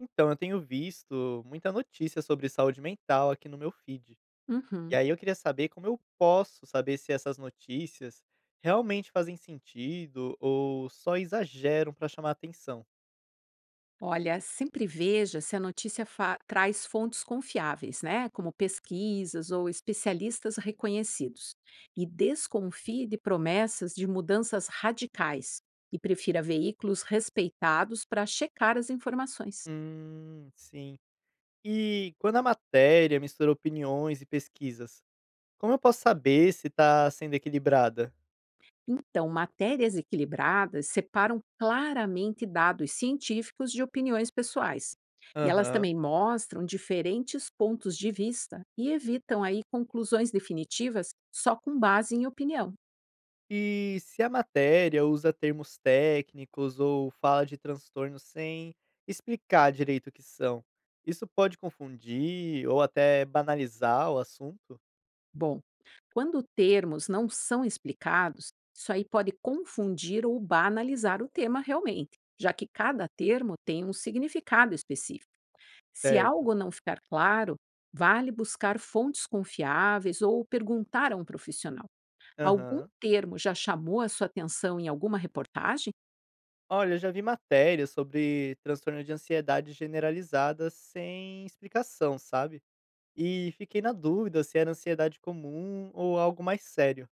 Então, eu tenho visto muita notícia sobre saúde mental aqui no meu feed. E Uhum. aí eu queria saber como eu posso saber se essas notícias realmente fazem sentido ou só exageram para chamar atenção. Olha, sempre veja se a notícia traz fontes confiáveis, né? Como pesquisas ou especialistas reconhecidos. E desconfie de promessas de mudanças radicais e prefira veículos respeitados para checar as informações. Sim. E quando a matéria mistura opiniões e pesquisas, como eu posso saber se está sendo equilibrada? Então, matérias equilibradas separam claramente dados científicos de opiniões pessoais. E elas Aham. também mostram diferentes pontos de vista e evitam aí conclusões definitivas só com base em opinião. E se a matéria usa termos técnicos ou fala de transtornos sem explicar direito o que são, isso pode confundir ou até banalizar o assunto? Bom, quando termos não são explicados, isso aí pode confundir ou banalizar o tema realmente, já que cada termo tem um significado específico. Se Certo. algo não ficar claro, vale buscar fontes confiáveis ou perguntar a um profissional. Algum Aham. termo já chamou a sua atenção em alguma reportagem? Olha, eu já vi matérias sobre transtorno de ansiedade generalizada sem explicação, sabe? E fiquei na dúvida se era ansiedade comum ou algo mais sério.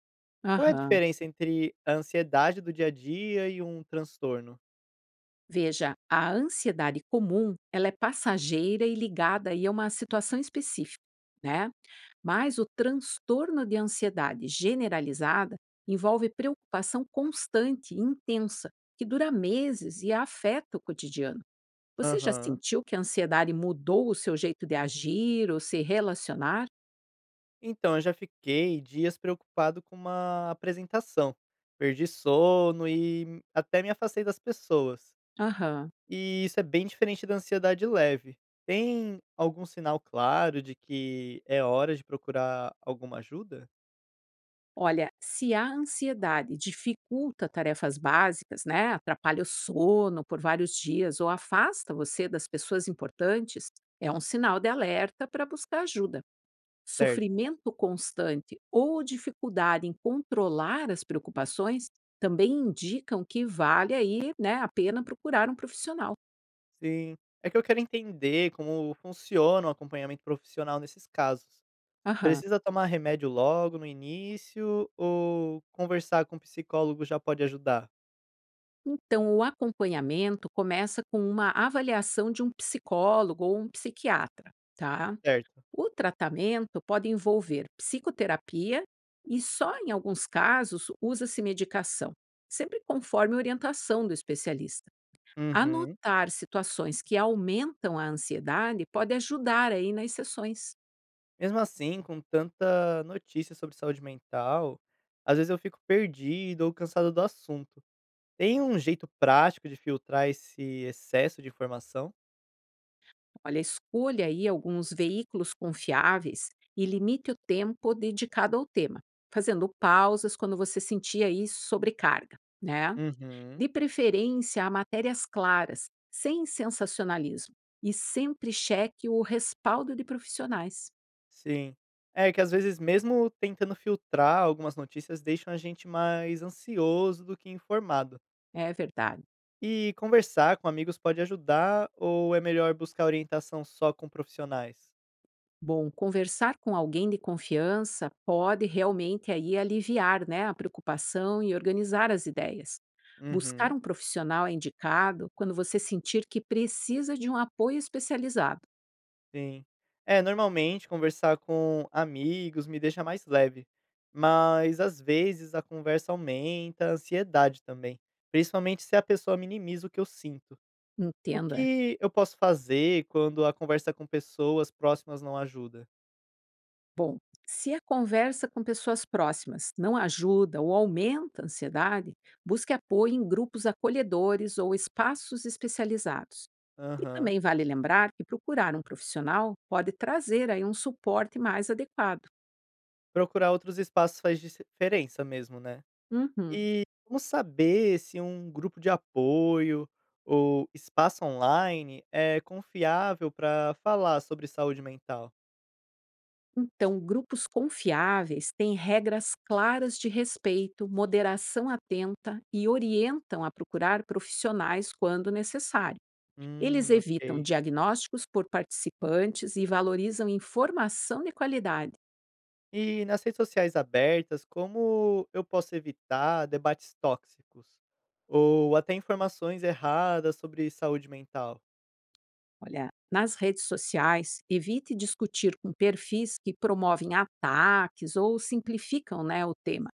Qual é a Aham. diferença entre a ansiedade do dia a dia e um transtorno? Veja, a ansiedade comum, ela é passageira e ligada aí a uma situação específica, né? Mas o transtorno de ansiedade generalizada envolve preocupação constante e intensa, que dura meses e afeta o cotidiano. Você já Aham. sentiu que a ansiedade mudou o seu jeito de agir ou se relacionar? Então, eu já fiquei dias preocupado com uma apresentação. Perdi sono e até me afastei das pessoas. Aham. E isso é bem diferente da ansiedade leve. Tem algum sinal claro de que é hora de procurar alguma ajuda? Olha, se a ansiedade dificulta tarefas básicas, né, atrapalha o sono por vários dias ou afasta você das pessoas importantes, é um sinal de alerta para buscar ajuda. Certo. Sofrimento constante ou dificuldade em controlar as preocupações também indicam que vale aí, né, a pena procurar um profissional. Sim. É que eu quero entender como funciona o acompanhamento profissional nesses casos. Aham. Precisa tomar remédio logo no início ou conversar com o psicólogo já pode ajudar? Então, o acompanhamento começa com uma avaliação de um psicólogo ou um psiquiatra, tá? Certo. O tratamento pode envolver psicoterapia e só em alguns casos usa-se medicação, sempre conforme orientação do especialista. Uhum. Anotar situações que aumentam a ansiedade pode ajudar aí nas sessões. Mesmo assim, com tanta notícia sobre saúde mental, às vezes eu fico perdido ou cansado do assunto. Tem um jeito prático de filtrar esse excesso de informação? Olha, escolha aí alguns veículos confiáveis e limite o tempo dedicado ao tema, fazendo pausas quando você sentir aí sobrecarga, né? Uhum, De preferência a matérias claras, sem sensacionalismo, e sempre cheque o respaldo de profissionais. sim. É que às vezes, mesmo tentando filtrar algumas notícias, deixam a gente mais ansioso do que informado. É verdade. E conversar com amigos pode ajudar ou é melhor buscar orientação só com profissionais? Bom, conversar com alguém de confiança pode realmente aí aliviar, né, a preocupação e organizar as ideias. Buscar Uhum. um profissional é indicado quando você sentir que precisa de um apoio especializado. Sim. É, normalmente conversar com amigos me deixa mais leve, mas às vezes a conversa aumenta a ansiedade também, principalmente se a pessoa minimiza o que eu sinto. O Entendo, é. que eu posso fazer quando a conversa com pessoas próximas não ajuda? Bom, se a conversa com pessoas próximas não ajuda ou aumenta a ansiedade, busque apoio em grupos acolhedores ou espaços especializados. E Aham. também vale lembrar que procurar um profissional pode trazer aí um suporte mais adequado. Procurar outros espaços faz diferença mesmo, né? Uhum. E como saber se um grupo de apoio ou espaço online é confiável para falar sobre saúde mental? Então, grupos confiáveis têm regras claras de respeito, moderação atenta e orientam a procurar profissionais quando necessário. Eles Ok. evitam diagnósticos por participantes e valorizam informação de qualidade. E nas redes sociais abertas, como eu posso evitar debates tóxicos? Ou até informações erradas sobre saúde mental? Olha, nas redes sociais, evite discutir com perfis que promovem ataques ou simplificam, né, o tema.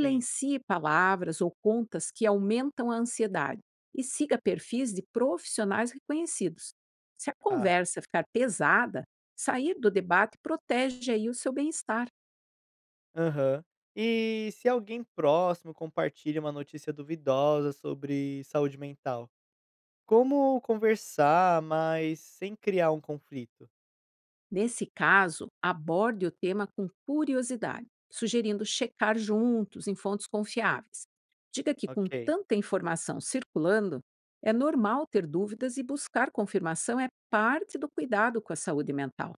Sim, palavras ou contas que aumentam a ansiedade e siga perfis de profissionais reconhecidos. Se a ah. conversa ficar pesada, sair do debate protege aí o seu bem-estar. Aham. E se alguém próximo compartilha uma notícia duvidosa sobre saúde mental? Como conversar, mas sem criar um conflito? Nesse caso, aborde o tema com curiosidade, sugerindo checar juntos em fontes confiáveis. Diga que, com Ok. tanta informação circulando, é normal ter dúvidas e buscar confirmação é parte do cuidado com a saúde mental.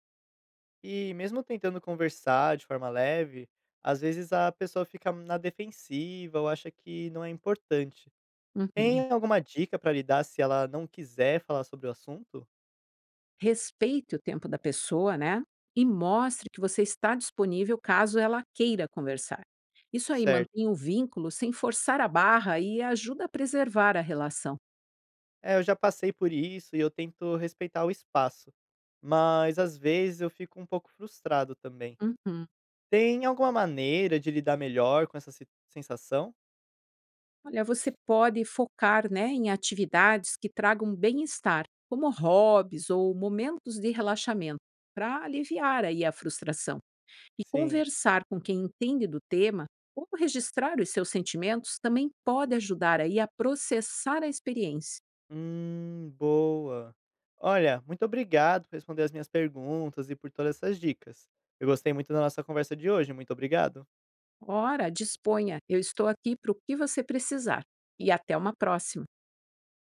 E mesmo tentando conversar de forma leve, às vezes a pessoa fica na defensiva ou acha que não é importante. Uhum. Tem alguma dica pra lhe dar se ela não quiser falar sobre o assunto? Respeite o tempo da pessoa, né? E mostre que você está disponível caso ela queira conversar. Isso aí mantém Certo. o vínculo sem forçar a barra e ajuda a preservar a relação. É, eu já passei por isso e eu tento respeitar o espaço, mas às vezes eu fico um pouco frustrado também. Uhum. Tem alguma maneira de lidar melhor com essa sensação? Olha, você pode focar, né, em atividades que tragam bem-estar, como hobbies ou momentos de relaxamento, para aliviar aí a frustração. E Sim. conversar com quem entende do tema ou registrar os seus sentimentos também pode ajudar aí a processar a experiência. Boa. Olha, muito obrigado por responder as minhas perguntas e por todas essas dicas. Eu gostei muito da nossa conversa de hoje. Muito obrigado. Ora, disponha, eu estou aqui para o que você precisar. E até uma próxima!